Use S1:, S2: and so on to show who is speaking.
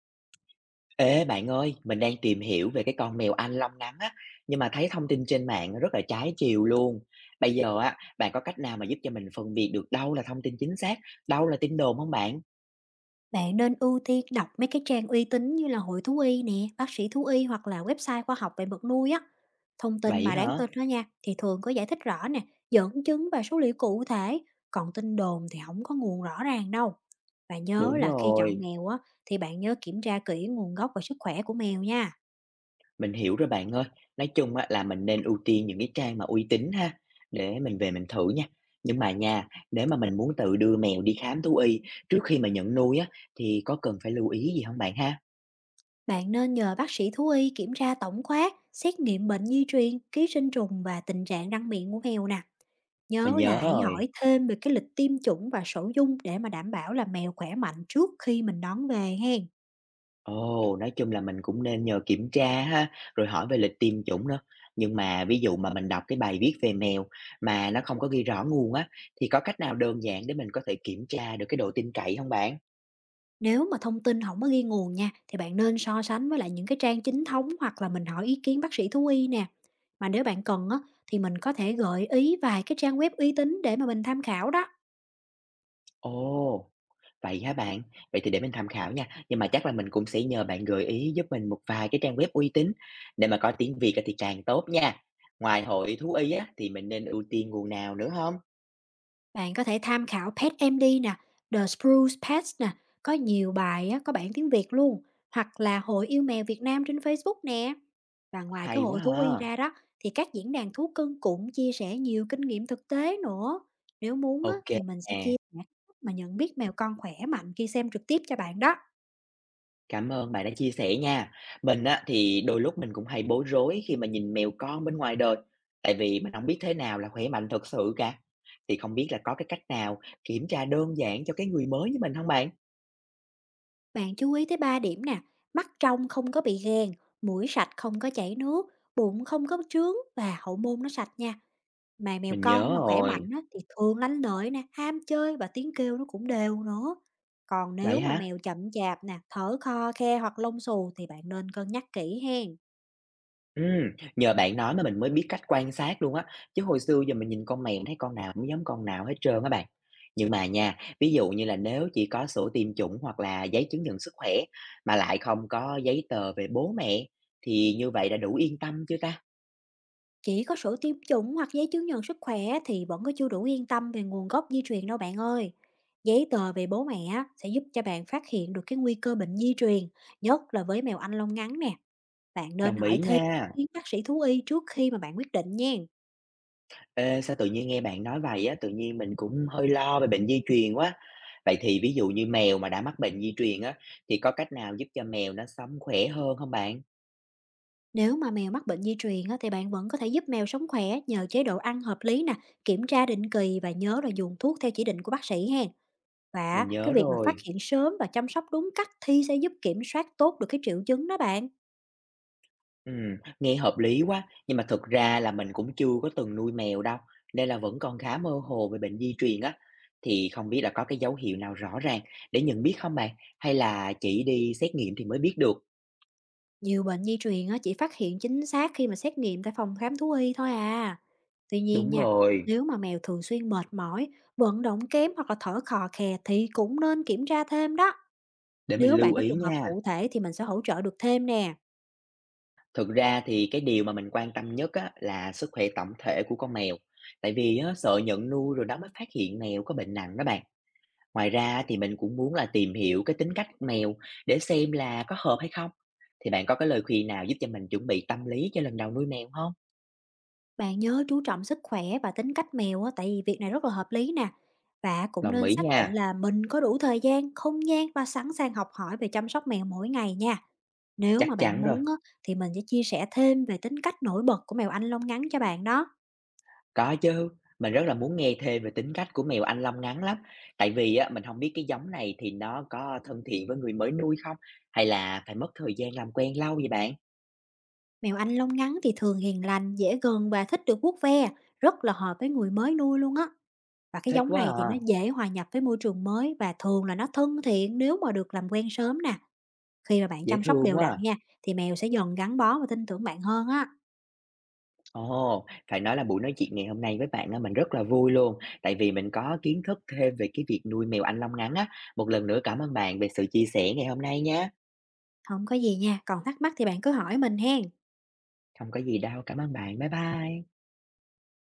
S1: Ê bạn ơi, mình đang tìm hiểu về cái con mèo Anh lông ngắn á, nhưng mà thấy thông tin trên mạng rất là trái chiều luôn. Bây giờ á, bạn có cách nào mà giúp cho mình phân biệt được đâu là thông tin chính xác, đâu là tin đồn không bạn?
S2: Bạn nên ưu tiên đọc mấy cái trang uy tín như là Hội thú y nè, bác sĩ thú y hoặc là website khoa học về vật nuôi á. Thông tin
S1: Vậy
S2: mà đáng
S1: hả?
S2: tin đó nha, thì thường có giải thích rõ nè, dẫn chứng và số liệu cụ thể, còn tin đồn thì không có nguồn rõ ràng đâu. Và nhớ
S1: Đúng
S2: là khi chọn
S1: rồi,
S2: mèo á, thì bạn nhớ kiểm tra kỹ nguồn gốc và sức khỏe của mèo nha.
S1: mình hiểu rồi bạn ơi. Nói chung á, là mình nên ưu tiên những cái trang mà uy tín ha, để mình về mình thử nha. Nhưng mà nha, nếu mà mình muốn tự đưa mèo đi khám thú y trước khi mà nhận nuôi á, thì có cần phải lưu ý gì không bạn ha?
S2: Bạn nên nhờ bác sĩ thú y kiểm tra tổng quát, xét nghiệm bệnh di truyền, ký sinh trùng và tình trạng răng miệng của mèo nè.
S1: Mình
S2: Nhớ là
S1: nhớ
S2: hãy
S1: rồi.
S2: hỏi thêm về cái lịch tiêm chủng và sổ dung để mà đảm bảo là mèo khỏe mạnh trước khi mình đón về hen.
S1: Ồ, nói chung là mình cũng nên nhờ kiểm tra ha, rồi hỏi về lịch tiêm chủng nữa. Nhưng mà ví dụ mà mình đọc cái bài viết về mèo mà nó không có ghi rõ nguồn á, thì có cách nào đơn giản để mình có thể kiểm tra được cái độ tin cậy không bạn?
S2: Nếu mà thông tin không có ghi nguồn nha, thì bạn nên so sánh với lại những cái trang chính thống hoặc là mình hỏi ý kiến bác sĩ thú y nè. Mà nếu bạn cần á, thì mình có thể gợi ý vài cái trang web uy tín để mà mình tham khảo đó.
S1: Ồ, vậy hả bạn? Vậy thì để mình tham khảo nha. Nhưng mà chắc là mình cũng sẽ nhờ bạn gợi ý giúp mình một vài cái trang web uy tín để mà có tiếng Việt á thì càng tốt nha. Ngoài hội thú y á, thì mình nên ưu tiên nguồn nào nữa không?
S2: Bạn có thể tham khảo PetMD nè, The Spruce Pets nè, có nhiều bài á, có bản tiếng Việt luôn, hoặc là Hội Yêu Mèo Việt Nam trên Facebook nè. Và ngoài cái
S1: Hay quá
S2: hội thú y
S1: ha.
S2: ra đó, thì các diễn đàn thú cưng cũng chia sẻ nhiều kinh nghiệm thực tế nữa. Nếu muốn á,
S1: Ok,
S2: thì mình sẽ
S1: nè.
S2: chia sẻ cách mà nhận biết mèo con khỏe mạnh khi xem trực tiếp cho bạn đó.
S1: Cảm ơn bạn đã chia sẻ nha. Mình á, thì đôi lúc mình cũng hay bối rối khi mà nhìn mèo con bên ngoài đời, tại vì mình không biết thế nào là khỏe mạnh thật sự cả. Thì không biết là có cái cách nào kiểm tra đơn giản cho cái người mới như mình không bạn?
S2: Bạn chú ý tới 3 điểm nè, mắt trong không có bị gàn, mũi sạch không có chảy nước, bụng không có trướng và hậu môn nó sạch nha. Mà mèo
S1: Mình
S2: con
S1: nhớ
S2: mà khỏe
S1: rồi,
S2: mạnh á, thì thường lanh lợi nè, ham chơi và tiếng kêu nó cũng đều nữa. Còn
S1: vậy
S2: nếu mà
S1: hả?
S2: mèo chậm chạp nè, thở khò khe hoặc lông xù thì bạn nên cân nhắc kỹ hen.
S1: Ừm, Nhờ bạn nói mà mình mới biết cách quan sát luôn á, chứ hồi xưa giờ mình nhìn con này mình thấy con nào cũng giống con nào hết trơn á bạn. Nhưng mà nha, ví dụ như là nếu chỉ có sổ tiêm chủng hoặc là giấy chứng nhận sức khỏe mà lại không có giấy tờ về bố mẹ thì như vậy đã đủ yên tâm chưa ta?
S2: Chỉ có sổ tiêm chủng hoặc giấy chứng nhận sức khỏe thì vẫn có chưa đủ yên tâm về nguồn gốc di truyền đâu bạn ơi. Giấy tờ về bố mẹ á, sẽ giúp cho bạn phát hiện được cái nguy cơ bệnh di truyền, nhất là với mèo Anh lông ngắn nè. Bạn nên
S1: Đồng ý
S2: hỏi thêm
S1: nha.
S2: ý kiến bác sĩ thú y trước khi mà bạn quyết định nha.
S1: Ê, sao tự nhiên nghe bạn nói vậy á, tự nhiên mình cũng hơi lo về bệnh di truyền quá. Vậy thì ví dụ như mèo mà đã mắc bệnh di truyền á thì có cách nào giúp cho mèo nó sống khỏe hơn không bạn?
S2: Nếu mà mèo mắc bệnh di truyền á, thì bạn vẫn có thể giúp mèo sống khỏe nhờ chế độ ăn hợp lý nè, kiểm tra định kỳ và nhớ là dùng thuốc theo chỉ định của bác sĩ hen. Và
S1: Mình nhớ
S2: cái việc mà phát
S1: rồi.
S2: hiện sớm và chăm sóc đúng cách thì sẽ giúp kiểm soát tốt được cái triệu chứng đó bạn.
S1: Nghe hợp lý quá, nhưng mà thực ra là mình cũng chưa có từng nuôi mèo đâu, nên là vẫn còn khá mơ hồ về bệnh di truyền á. Thì không biết là có cái dấu hiệu nào rõ ràng để nhận biết không bạn? Hay là chỉ đi xét nghiệm thì mới biết được?
S2: Nhiều bệnh di truyền á, chỉ phát hiện chính xác khi mà xét nghiệm tại phòng khám thú y thôi à. Tuy nhiên
S1: Đúng
S2: nha,
S1: rồi,
S2: nếu mà mèo thường xuyên mệt mỏi, vận động kém hoặc là thở khò khè thì cũng nên kiểm tra thêm đó.
S1: để mình
S2: Nếu
S1: lưu
S2: bạn có
S1: ý
S2: trường hợp
S1: nha.
S2: cụ thể thì mình sẽ hỗ trợ được thêm nè.
S1: Thực ra thì cái điều mà mình quan tâm nhất á, là sức khỏe tổng thể của con mèo. Tại vì á, sợ nhận nuôi rồi đó mới phát hiện mèo có bệnh nặng đó bạn. Ngoài ra thì mình cũng muốn là tìm hiểu cái tính cách mèo để xem là có hợp hay không. Thì bạn có cái lời khuyên nào giúp cho mình chuẩn bị tâm lý cho lần đầu nuôi mèo không?
S2: Bạn nhớ chú trọng sức khỏe và tính cách mèo á, tại vì việc này rất là hợp lý nè. Và cũng
S1: Đồng
S2: nên
S1: ý
S2: xác định
S1: nha,
S2: là mình có đủ thời gian, không gian và sẵn sàng học hỏi về chăm sóc mèo mỗi ngày nha. Nếu mà
S1: chắc
S2: bạn
S1: chắn rồi.
S2: muốn á, thì mình sẽ chia sẻ thêm về tính cách nổi bật của mèo Anh lông ngắn cho bạn đó.
S1: Có chứ, mình rất là muốn nghe thêm về tính cách của mèo Anh Long ngắn lắm. Tại vì á, mình không biết cái giống này thì nó có thân thiện với người mới nuôi không? Hay là phải mất thời gian làm quen lâu vậy bạn?
S2: Mèo Anh lông ngắn thì thường hiền lành, dễ gần và thích được vuốt ve, rất là hợp với người mới nuôi luôn á. Và cái
S1: Thích
S2: giống
S1: quá
S2: này thì
S1: à,
S2: nó dễ hòa nhập với môi trường mới và thường là nó thân thiện nếu mà được làm quen sớm nè. Khi mà bạn
S1: dễ
S2: chăm sóc
S1: thương
S2: đều
S1: quá
S2: đặn
S1: à.
S2: nha, thì mèo sẽ dần gắn bó và tin tưởng bạn hơn á.
S1: Ồ, phải nói là buổi nói chuyện ngày hôm nay với bạn á, mình rất là vui luôn, tại vì mình có kiến thức thêm về cái việc nuôi mèo Anh Long ngắn á. Một lần nữa cảm ơn bạn về sự chia sẻ ngày hôm nay nhé.
S2: Không có gì nha, còn thắc mắc thì bạn cứ hỏi mình hen.
S1: Không có gì đâu, cảm ơn bạn. Bye bye.